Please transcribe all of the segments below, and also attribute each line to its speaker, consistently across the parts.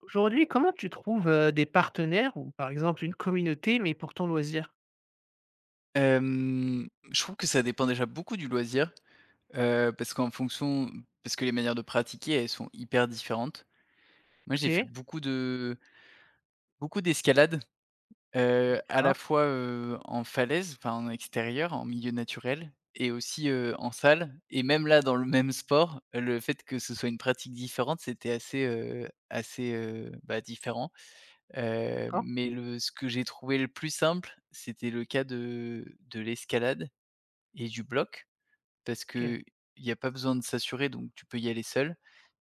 Speaker 1: Aujourd'hui, comment tu trouves, des partenaires ou par exemple une communauté, mais pour ton loisir?
Speaker 2: Je trouve que ça dépend déjà beaucoup du loisir, parce qu'en fonction parce que les manières de pratiquer, elles sont hyper différentes. Moi, j'ai fait
Speaker 1: OK,
Speaker 2: beaucoup d'escalade, à la
Speaker 1: d'accord,
Speaker 2: fois, en falaise, enfin, en extérieur, en milieu naturel et aussi, en salle et même là, dans le même sport, le fait que ce soit une pratique différente, c'était assez, bah, différent,
Speaker 1: d'accord,
Speaker 2: mais le ce que j'ai trouvé le plus simple, c'était le cas de l'escalade et du bloc. Parce
Speaker 1: OK.
Speaker 2: que il n'y a pas besoin de s'assurer, donc tu peux y aller seul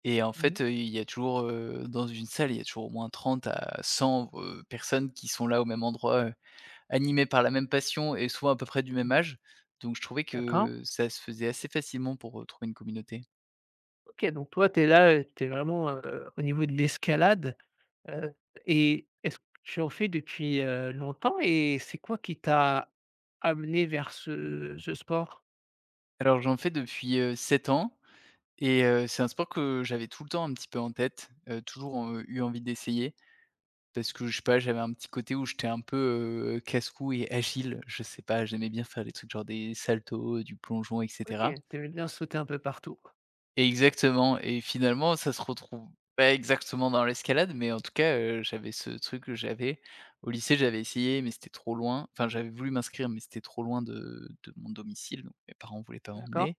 Speaker 2: et en
Speaker 1: Mmh.
Speaker 2: fait, il y a toujours, dans une salle, il y a toujours au moins 30 à 100 personnes qui sont là au même endroit, animées par la même passion et souvent à peu près du même
Speaker 1: Mmh.
Speaker 2: âge. Donc je trouvais
Speaker 1: D'accord.
Speaker 2: que ça se faisait assez facilement pour, trouver une communauté.
Speaker 1: OK, donc toi, tu es là, tu es vraiment, au niveau de l'escalade, heu et est-ce que tu en fais depuis, longtemps et c'est quoi qui t'a amené vers ce sport?
Speaker 2: Alors j'en fais depuis, 7 ans et c'est un sport que j'avais tout le temps un petit peu en tête, toujours, eu envie d'essayer. Parce que je sais pas, j'avais un petit côté où j'étais un peu, casse-cou et agile, je sais pas, j'aimais bien faire des trucs genre des saltos, du plongeon et
Speaker 1: OK,
Speaker 2: cetera.
Speaker 1: tu bien sauter un peu partout?
Speaker 2: Et exactement et finalement ça se retrouve pas exactement dans l'escalade, mais en tout cas, j'avais ce truc que j'avais. Au lycée, j'avais essayé, mais c'était trop loin. Enfin, j'avais voulu m'inscrire, mais c'était trop loin de mon domicile, donc mes parents voulaient pas
Speaker 1: D'accord.
Speaker 2: m'emmener,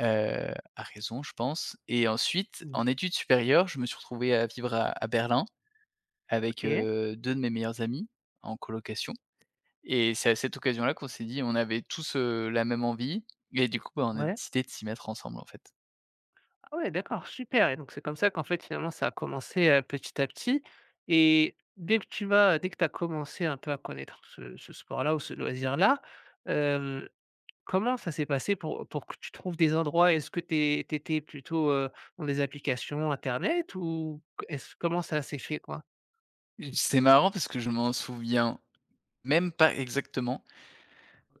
Speaker 2: à raison, je pense et ensuite,
Speaker 1: Mmh.
Speaker 2: en études supérieures, je me suis retrouvé à vivre à Berlin avec,
Speaker 1: OK,
Speaker 2: 2 de mes meilleurs amis en colocation. Et c'est à cette occasion-là qu'on s'est dit on avait tous, la même envie et du coup, bah, on a
Speaker 1: ouais.
Speaker 2: décidé de s'y mettre ensemble, en fait.
Speaker 1: Ah ouais, d'accord, super, et donc c'est comme ça qu'en fait, finalement, ça a commencé, petit à petit, et dès que tu as commencé un peu à connaître ce sport-là ou ce loisir-là, comment ça s'est passé pour que tu trouves des endroits? Est-ce que tu étais plutôt, dans des applications internet ou est-ce comment ça s'est fait, quoi?
Speaker 2: Et c'est marrant parce que je m'en souviens même pas exactement.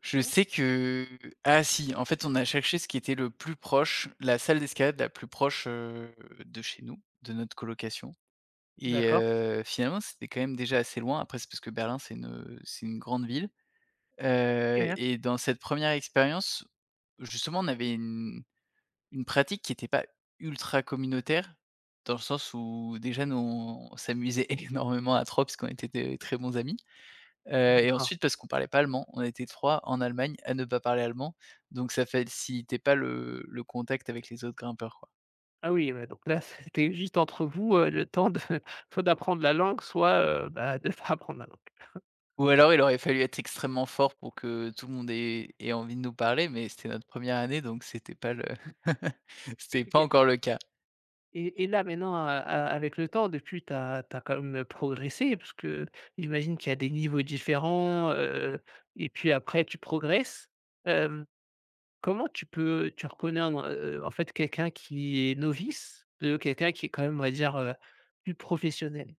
Speaker 2: Je sais que ah si, en fait, on a cherché ce qui était le plus proche, la salle d'escalade la plus proche, de chez nous, de notre colocation et
Speaker 1: D'accord,
Speaker 2: finalement, c'était quand même déjà assez loin. Après, c'est parce que Berlin, c'est une grande ville,
Speaker 1: OK,
Speaker 2: et dans cette première expérience, justement, on avait une pratique qui n'était pas ultra communautaire, dans le sens où déjà nous on s'amusait énormément à 3 parce qu'on était des très bons amis, et
Speaker 1: d'accord.
Speaker 2: ensuite parce qu'on parlait pas allemand. On était 3 en Allemagne à ne pas parler allemand, donc ça facilitait pas le contact avec les autres grimpeurs, quoi.
Speaker 1: Ah oui, ouais, donc là, c'était juste entre vous, le temps de soit d'apprendre la langue, soit, bah, de pas apprendre la langue.
Speaker 2: Ou alors il aurait fallu être extrêmement fort pour que tout le monde ait envie de nous parler, mais c'était notre première année donc c'était pas le c'était pas
Speaker 1: OK,
Speaker 2: encore le cas.
Speaker 1: et là, maintenant, a a avec le temps, depuis, tu as quand même progressé, parce que j'imagine qu'il y a des niveaux différents, et puis après tu progresses. Hem Comment tu reconnais un en fait, quelqu'un qui est novice, de quelqu'un qui est quand même, on va dire, plus professionnel?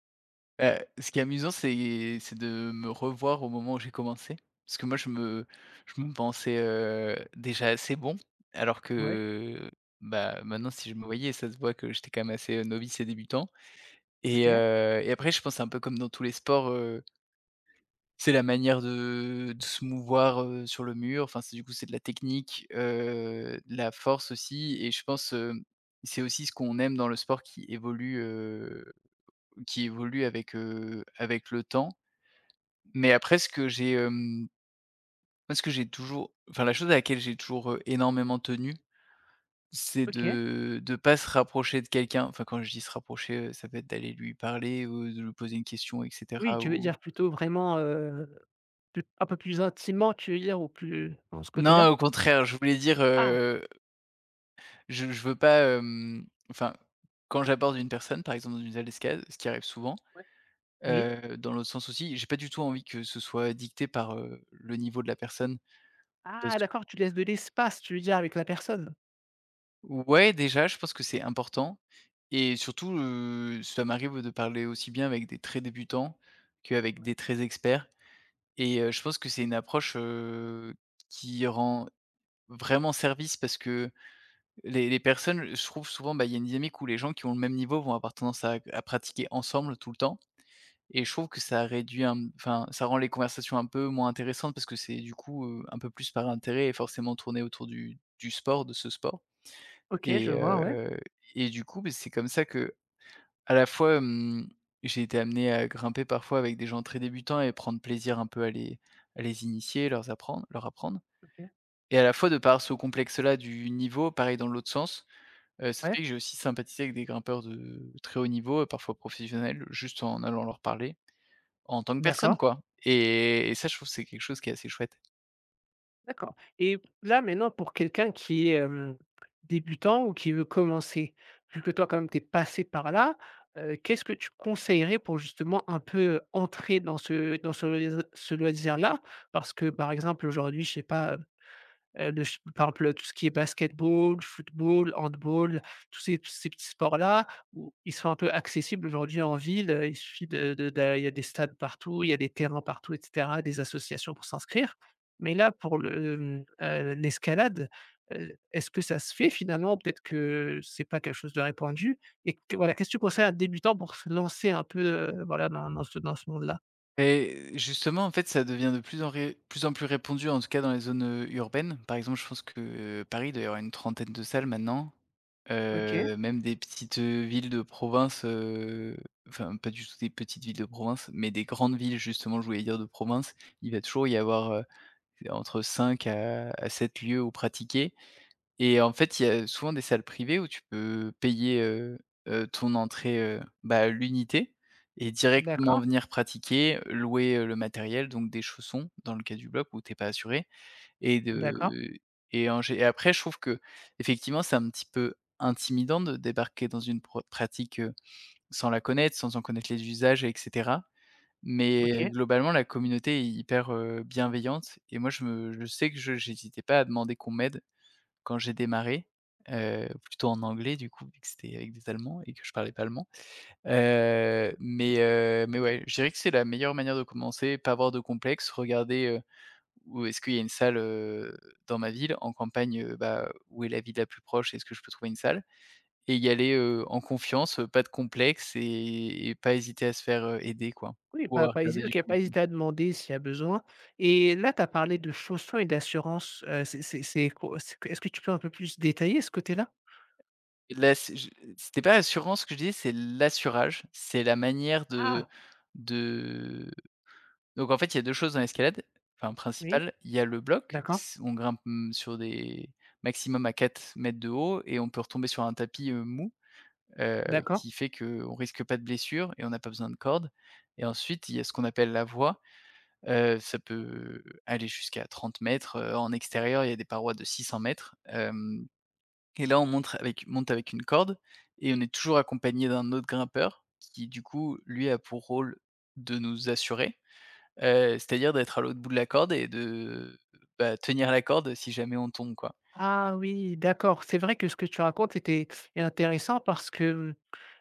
Speaker 2: Ce qui est amusant, c'est de me revoir au moment où j'ai commencé. Parce que moi, je me pensais, déjà assez bon, alors
Speaker 1: Ouais.
Speaker 2: que, bah, maintenant, si je me voyais, ça se voit que j'étais quand même assez, novice et débutant. Et
Speaker 1: OK.
Speaker 2: heu et après, je pense, un peu comme dans tous les sports, c'est la manière de se mouvoir, sur le mur. Enfin, c'est du coup, c'est de la technique, de la force aussi et je pense, c'est aussi ce qu'on aime dans le sport qui évolue avec le temps. Mais après ce que j'ai, moi ce que j'ai toujours enfin la chose à laquelle j'ai toujours, énormément tenu, c'est
Speaker 1: OK.
Speaker 2: de pas se rapprocher de quelqu'un. Enfin quand je dis se rapprocher, ça peut être d'aller lui parler ou de lui poser une question et
Speaker 1: Oui,
Speaker 2: cetera
Speaker 1: tu veux
Speaker 2: ou
Speaker 1: dire plutôt vraiment, plus un peu plus intimement, tu veux dire, ou plus dans ce
Speaker 2: non,
Speaker 1: côté-là?
Speaker 2: au contraire, je voulais dire,
Speaker 1: Ah!
Speaker 2: je veux pas, enfin, quand j'aborde une personne, par exemple dans une salle d'escale, ce qui arrive souvent,
Speaker 1: Ouais. Oui.
Speaker 2: dans l'autre sens aussi, j'ai pas du tout envie que ce soit dicté par, le niveau de la personne.
Speaker 1: Ah d'accord, tu laisses de l'espace, tu veux dire, avec la personne?
Speaker 2: Ouais, déjà, je pense que c'est important et surtout, ça m'arrive de parler aussi bien avec des très débutants qu'avec
Speaker 1: Ouais.
Speaker 2: des très experts et je pense que c'est une approche, qui rend vraiment service parce que les personnes, je trouve souvent, bah, il y a une dynamique où les gens qui ont le même niveau vont avoir tendance à pratiquer ensemble tout le temps et je trouve que ça réduit un enfin, ça rend les conversations un peu moins intéressantes parce que c'est du coup, un peu plus par intérêt et forcément tourné autour du sport, de ce sport.
Speaker 1: OK, je
Speaker 2: Et
Speaker 1: vois, ouais.
Speaker 2: heu et du coup, beh, c'est comme ça que, à la fois, j'ai été amené à grimper parfois avec des gens très débutants et prendre plaisir un peu à les initier, leur apprendre
Speaker 1: OK.
Speaker 2: et à la fois de par ce complexe-là du niveau, pareil dans l'autre sens, ça fait
Speaker 1: Ouais,
Speaker 2: que j'ai aussi sympathisé avec des grimpeurs de très haut niveau, parfois professionnels, juste en allant leur parler. En tant que personne,
Speaker 1: d'accord.
Speaker 2: quoi et ça, je trouve que c'est quelque chose qui est assez chouette.
Speaker 1: D'accord, et là, maintenant, pour quelqu'un qui est, débutant ou qui veut commencer, vu que toi, quand même, tu es passé par là, qu'est-ce que tu conseillerais pour justement un peu entrer dans ce loisir ce loisir-là? Parce que, par exemple, aujourd'hui, je sais pas, le ch par exemple, tout ce qui est basketball, football, handball, tous ces petits sports-là, où ils sont un peu accessibles aujourd'hui en ville, il suffit de d'a il y a des stades partout, il y a des terrains partout, et cetera, des associations pour s'inscrire. Mais là, pour le, l'escalade, est-ce que ça se fait finalement? Peut-être que c'est pas quelque chose de répandu, et que voilà, qu'est-ce que tu conseilles à un débutant pour se lancer un peu, voilà, dans dans ce monde-là?
Speaker 2: Et justement, en fait, ça devient de plus en plus répandu, en tout cas dans les zones, urbaines. Par exemple, je pense que Paris, il doit y avoir une trentaine de salles maintenant,
Speaker 1: OK.
Speaker 2: même des petites, villes de province, enfin, pas du tout des petites villes de province, mais des grandes villes, justement, je voulais dire de province, il va toujours y avoir, entre 5 à 7 lieux où pratiquer et en fait, il y a souvent des salles privées où tu peux payer, ton entrée, bah, l'unité et directement
Speaker 1: D'accord,
Speaker 2: venir pratiquer, louer, le matériel, donc des chaussons dans le cas du bloc où t'es pas assuré et de
Speaker 1: d'accord.
Speaker 2: et en gé et après je trouve que effectivement, c'est un petit peu intimidant de débarquer dans une pro pratique, sans la connaître, sans en connaître les usages et cetera. Mais
Speaker 1: OK.
Speaker 2: globalement, la communauté est hyper, bienveillante et moi je sais que je n'hésitais pas à demander qu'on m'aide quand j'ai démarré, plutôt en anglais du coup, vu que c'était avec des Allemands et que je parlais pas allemand. Mais ouais, je dirais que c'est la meilleure manière de commencer, pas avoir de complexe, regarder, où est-ce qu'il y a une salle, dans ma ville, en campagne, bah, où est la ville la plus proche? Est-ce que je peux trouver une salle? Et y aller, en confiance, pas de complexe et pas hésiter à se faire, aider quoi,
Speaker 1: Oui,
Speaker 2: ou
Speaker 1: pas
Speaker 2: à
Speaker 1: pas hési
Speaker 2: regarder du.
Speaker 1: OK, pas hésiter à demander s'il y a besoin. Et là, tu as parlé de chaussons et d'assurance, c'est quoi c'est que est-ce que tu peux un peu plus détailler ce côté-là?
Speaker 2: Là, c'est je c'était pas assurance ce que je disais, c'est l'assurage, c'est la manière
Speaker 1: Ah!
Speaker 2: de donc en fait, il y a 2 choses dans l'escalade, enfin
Speaker 1: Oui,
Speaker 2: principale, il y a le bloc,
Speaker 1: d'accord,
Speaker 2: s on grimpe, sur des maximum à 4 mètres de haut et on peut retomber sur un tapis, mou, heu,
Speaker 1: d'accord.
Speaker 2: qui fait qu'on risque pas de blessure et on n'a pas besoin de corde et ensuite, il y a ce qu'on appelle la voie, ça peut aller jusqu'à 30 mètres en extérieur, il y a des parois de 600 m, hem et là, on montre avec monte avec une corde et on est toujours accompagné d'un autre grimpeur qui, du coup, lui a pour rôle de nous assurer, c'est-à-dire d'être à l'autre bout de la corde et de, bah, tenir la corde si jamais on tombe, quoi.
Speaker 1: Ah oui, d'accord. C'est vrai que ce que tu racontes était est intéressant, parce que,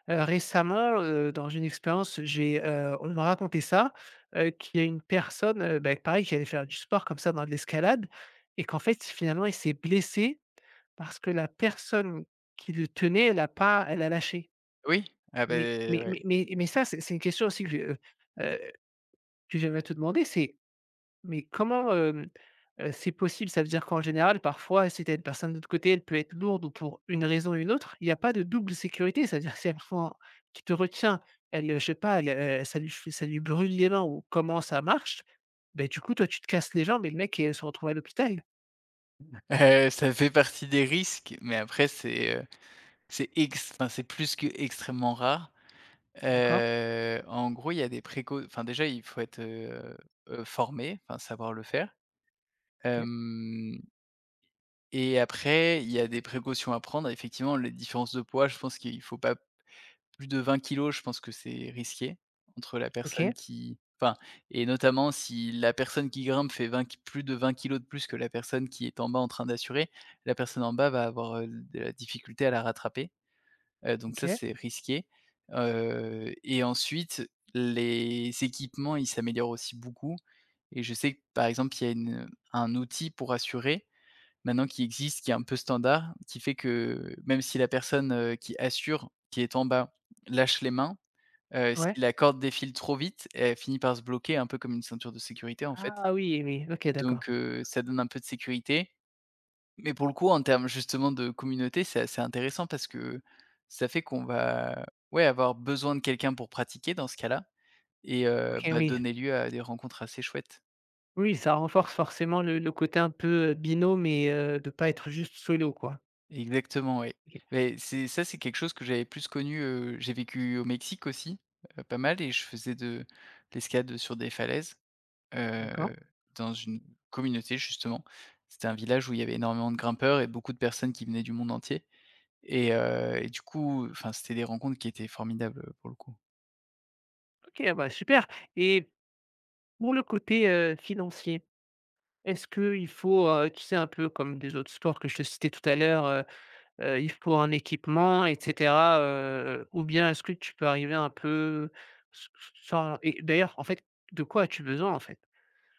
Speaker 1: récemment, dans une expérience, on m'a raconté ça, qu'il y a une personne, bah, pareil, qui allait faire du sport comme ça dans de l'escalade, et qu'en fait, finalement, il s'est blessé, parce que la personne qui le tenait, elle a pas elle a lâché.
Speaker 2: Oui, ah
Speaker 1: Mais
Speaker 2: beh,
Speaker 1: mais
Speaker 2: ouais.
Speaker 1: mais mais mais ça, c'est une question aussi que je, heu, que j'aimerais te demander, c'est mais comment, c'est possible? Ça veut dire qu'en général, parfois, si tu as une personne de l'autre côté, elle peut être lourde ou pour une raison ou une autre, il y a pas de double sécurité? C'est-à-dire que si elle fend qui te retient, elle, je sais pas, elle, ça lui fait ça lui brûle les mains, ou comment ça marche? Ben du coup, toi, tu te casses les jambes et le mec, il se retrouve à l'hôpital.
Speaker 2: Ça fait partie des risques, mais après c'est ex enfin, c'est plus qu'extrêmement rare.
Speaker 1: D'accord,
Speaker 2: En gros, il y a des préco enfin, déjà, il faut être, formé, enfin, savoir le faire.
Speaker 1: OK,
Speaker 2: Hem Et après, il y a des précautions à prendre. Effectivement, les différences de poids, je pense qu'il faut pas plus de 20 kilos. Je pense que c'est risqué entre la personne
Speaker 1: OK,
Speaker 2: qui enfin et notamment si la personne qui grimpe fait 20 ki plus de 20 kilos de plus que la personne qui est en bas en train d'assurer, la personne en bas va avoir, de la difficulté à la rattraper, donc ça,
Speaker 1: OK,
Speaker 2: c'est risqué, et ensuite les équipements, ils s'améliorent aussi beaucoup et je sais que, par exemple, il y a une un outil pour assurer maintenant qui existe, qui est un peu standard, qui fait que même si la personne, qui assure, qui est en bas, lâche les mains, si
Speaker 1: ouais.
Speaker 2: la corde défile trop vite, elle finit par se bloquer un peu comme une ceinture de sécurité, en fait.
Speaker 1: Ah oui, oui, OK, d'accord.
Speaker 2: Donc ça donne un peu de sécurité. Mais pour le coup, en termes justement de communauté, c'est assez intéressant parce que ça fait qu'on va, ouais, avoir besoin de quelqu'un pour pratiquer dans ce cas-là et
Speaker 1: OK,
Speaker 2: bah,
Speaker 1: oui.
Speaker 2: donner lieu à des rencontres assez chouettes.
Speaker 1: Oui, ça renforce forcément le côté un peu, binôme, et de pas être juste solo, quoi.
Speaker 2: Exactement, oui.
Speaker 1: OK.
Speaker 2: Mais c'est ça, c'est quelque chose que j'avais plus connu, j'ai vécu au Mexique aussi, pas mal et je faisais de l'escalade sur des falaises,
Speaker 1: D'accord.
Speaker 2: heu, dans une communauté justement. C'était un village où il y avait énormément de grimpeurs et beaucoup de personnes qui venaient du monde entier et du coup, enfin, c'était des rencontres qui étaient formidables, pour le coup.
Speaker 1: OK, ah bah, super. Et pour le côté, financier, est-ce qu'il faut, tu sais, un peu comme des autres sports que je te citais tout à l'heure? Il faut un équipement et cetera, ou bien est-ce que tu peux arriver un peu s sans, et d'ailleurs, en fait, de quoi as-tu besoin, en fait?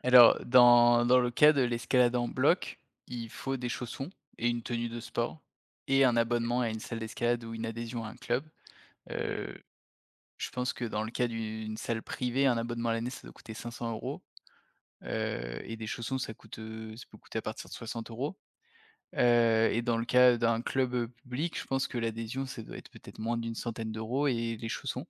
Speaker 2: Alors dans le cas de l'escalade en bloc, il faut des chaussons et une tenue de sport et un abonnement à une salle d'escalade ou une adhésion à un club.
Speaker 1: OK.
Speaker 2: Je pense que dans le cas d'une salle privée, un abonnement à l'année, ça doit coûter 500 euros et des chaussons, ça coûte, ça peut coûter à partir de 60 euros. Et dans le cas d'un club, public, je pense que l'adhésion, ça doit être peut-être moins d'une centaine d'euros et les chaussons.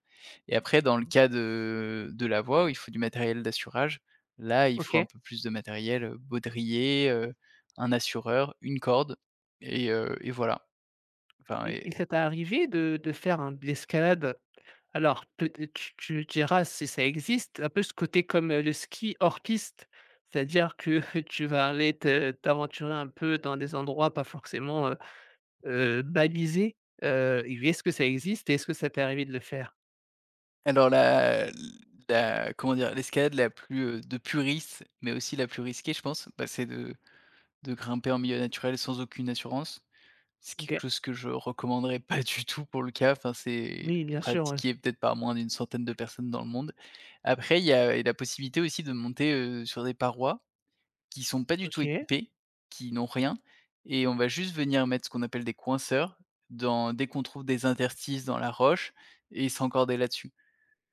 Speaker 2: Et après dans le cas de la voix, où il faut du matériel d'assurage. Là, il faut un
Speaker 1: OK,
Speaker 2: peu plus de matériel, baudrier, un assureur, une corde et voilà. Enfin,
Speaker 1: et ça t'est arrivé de faire un de l'escalade? Alors peut tu diras si ça existe, un peu ce côté comme, le ski hors piste, c'est-à-dire que tu vas aller te t'aventurer un peu dans des endroits pas forcément, baliser, heu, est-ce que ça existe et est-ce que ça t'est arrivé de le faire?
Speaker 2: alors la comment dire? L'escalade la plus, de puriste, mais aussi la plus risquée, je pense, bah, c'est de grimper en milieu naturel sans aucune assurance. C'est quelque
Speaker 1: OK.
Speaker 2: chose que je recommanderais pas du tout pour le cas, enfin, c'est
Speaker 1: Oui, bien sûr, ouais.
Speaker 2: pratiqué peut-être par moins d'une centaine de personnes dans le monde. Après, il y a la possibilité aussi de monter, sur des parois qui sont pas du tout
Speaker 1: OK,
Speaker 2: équipées, qui n'ont rien et on va juste venir mettre ce qu'on appelle des coinceurs dans dès qu'on trouve des interstices dans la roche et s'encorder là-dessus.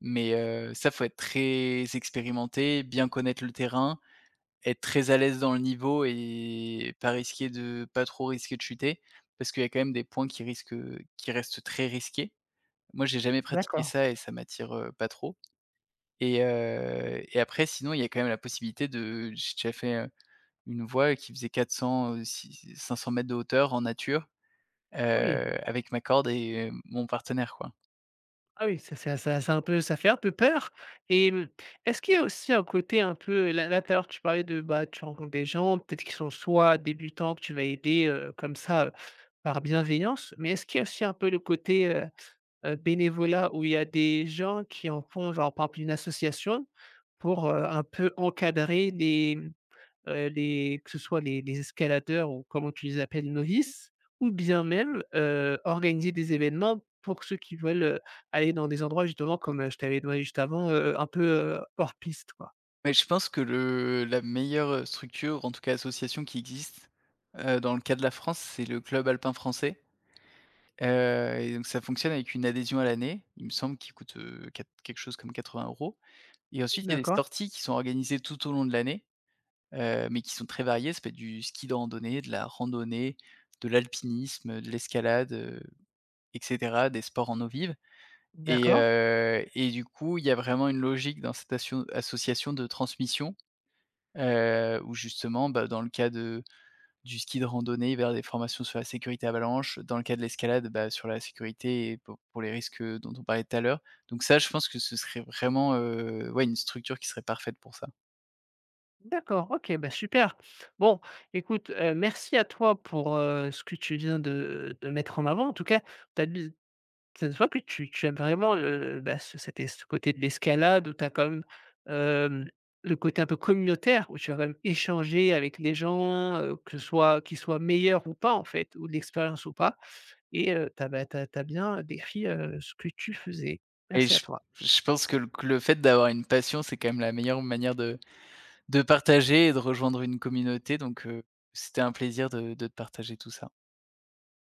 Speaker 2: Mais ça, faut être très expérimenté, bien connaître le terrain, être très à l'aise dans le niveau et pas trop risquer de chuter. Parce qu'il y a quand même des points qui restent très risqués. Moi, j'ai jamais pratiqué
Speaker 1: d'accord.
Speaker 2: ça et ça m'attire, pas trop et après sinon, il y a quand même la possibilité de j'ai déjà fait, une voie qui faisait 400, 500 mètres de hauteur en nature, heu,
Speaker 1: Ah oui,
Speaker 2: avec ma corde et mon partenaire, quoi.
Speaker 1: ah oui, ça c'est un peu, ça fait un peu peur. Et mmh, est-ce qu'il y a aussi un côté un peu tout à l'heure, tu parlais de, bah, tu rencontres des gens, peut-être qu'ils sont soit débutants que tu vas aider, comme ça, par bienveillance, mais est-ce qu'il y a aussi un peu le côté, bénévolat, où il y a des gens qui en font, genre par exemple une association pour, un peu encadrer les, les, que ce soit les escaladeurs, ou comment tu les appelles, novices, ou bien même, organiser des événements pour ceux qui veulent, aller dans des endroits justement comme, je t'avais demandé juste avant, un peu, hors piste, quoi.
Speaker 2: Mais je pense que le la meilleure structure, en tout cas association qui existe, dans le cas de la France, c'est le Club alpin français, et donc ça fonctionne avec une adhésion à l'année, il me semble, qui coûte, quat quelque chose comme 80 euros. Et ensuite il y a des
Speaker 1: D'accord,
Speaker 2: sorties qui sont organisées tout au long de l'année, mais qui sont très variées. Ça peut être du ski de randonnée, de la randonnée, de l'alpinisme, de l'escalade, et cetera, des sports en eau vive et
Speaker 1: d'accord.
Speaker 2: heu et du coup, il y a vraiment une logique dans cette association de transmission. Où justement, bah, dans le cas de du ski de randonnée vers des formations sur la sécurité avalanche, dans le cas de l'escalade, bah, sur la sécurité et pour les risques, dont on parlait tout à l'heure. Donc ça, je pense que ce serait vraiment, ouais, une structure qui serait parfaite pour ça.
Speaker 1: D'accord, OK, bah, super. Bon, écoute, merci à toi pour, ce que tu viens de mettre en avant. En tout cas, tu as ça se voit que tu aimes vraiment le bah, ce cet es ce côté de l'escalade, où tu as quand même, hem, le côté un peu communautaire, où tu vas quand même échanger avec les gens, que ce soit qu'ils soient meilleurs ou pas en fait, ou de l'expérience ou pas, et tu as, bah, bien décrit, ce que tu faisais.
Speaker 2: Et
Speaker 1: Merci à
Speaker 2: je
Speaker 1: toi.
Speaker 2: je pense que le fait d'avoir une passion, c'est quand même la meilleure manière de partager et de rejoindre une communauté donc c'était un plaisir de te partager tout ça.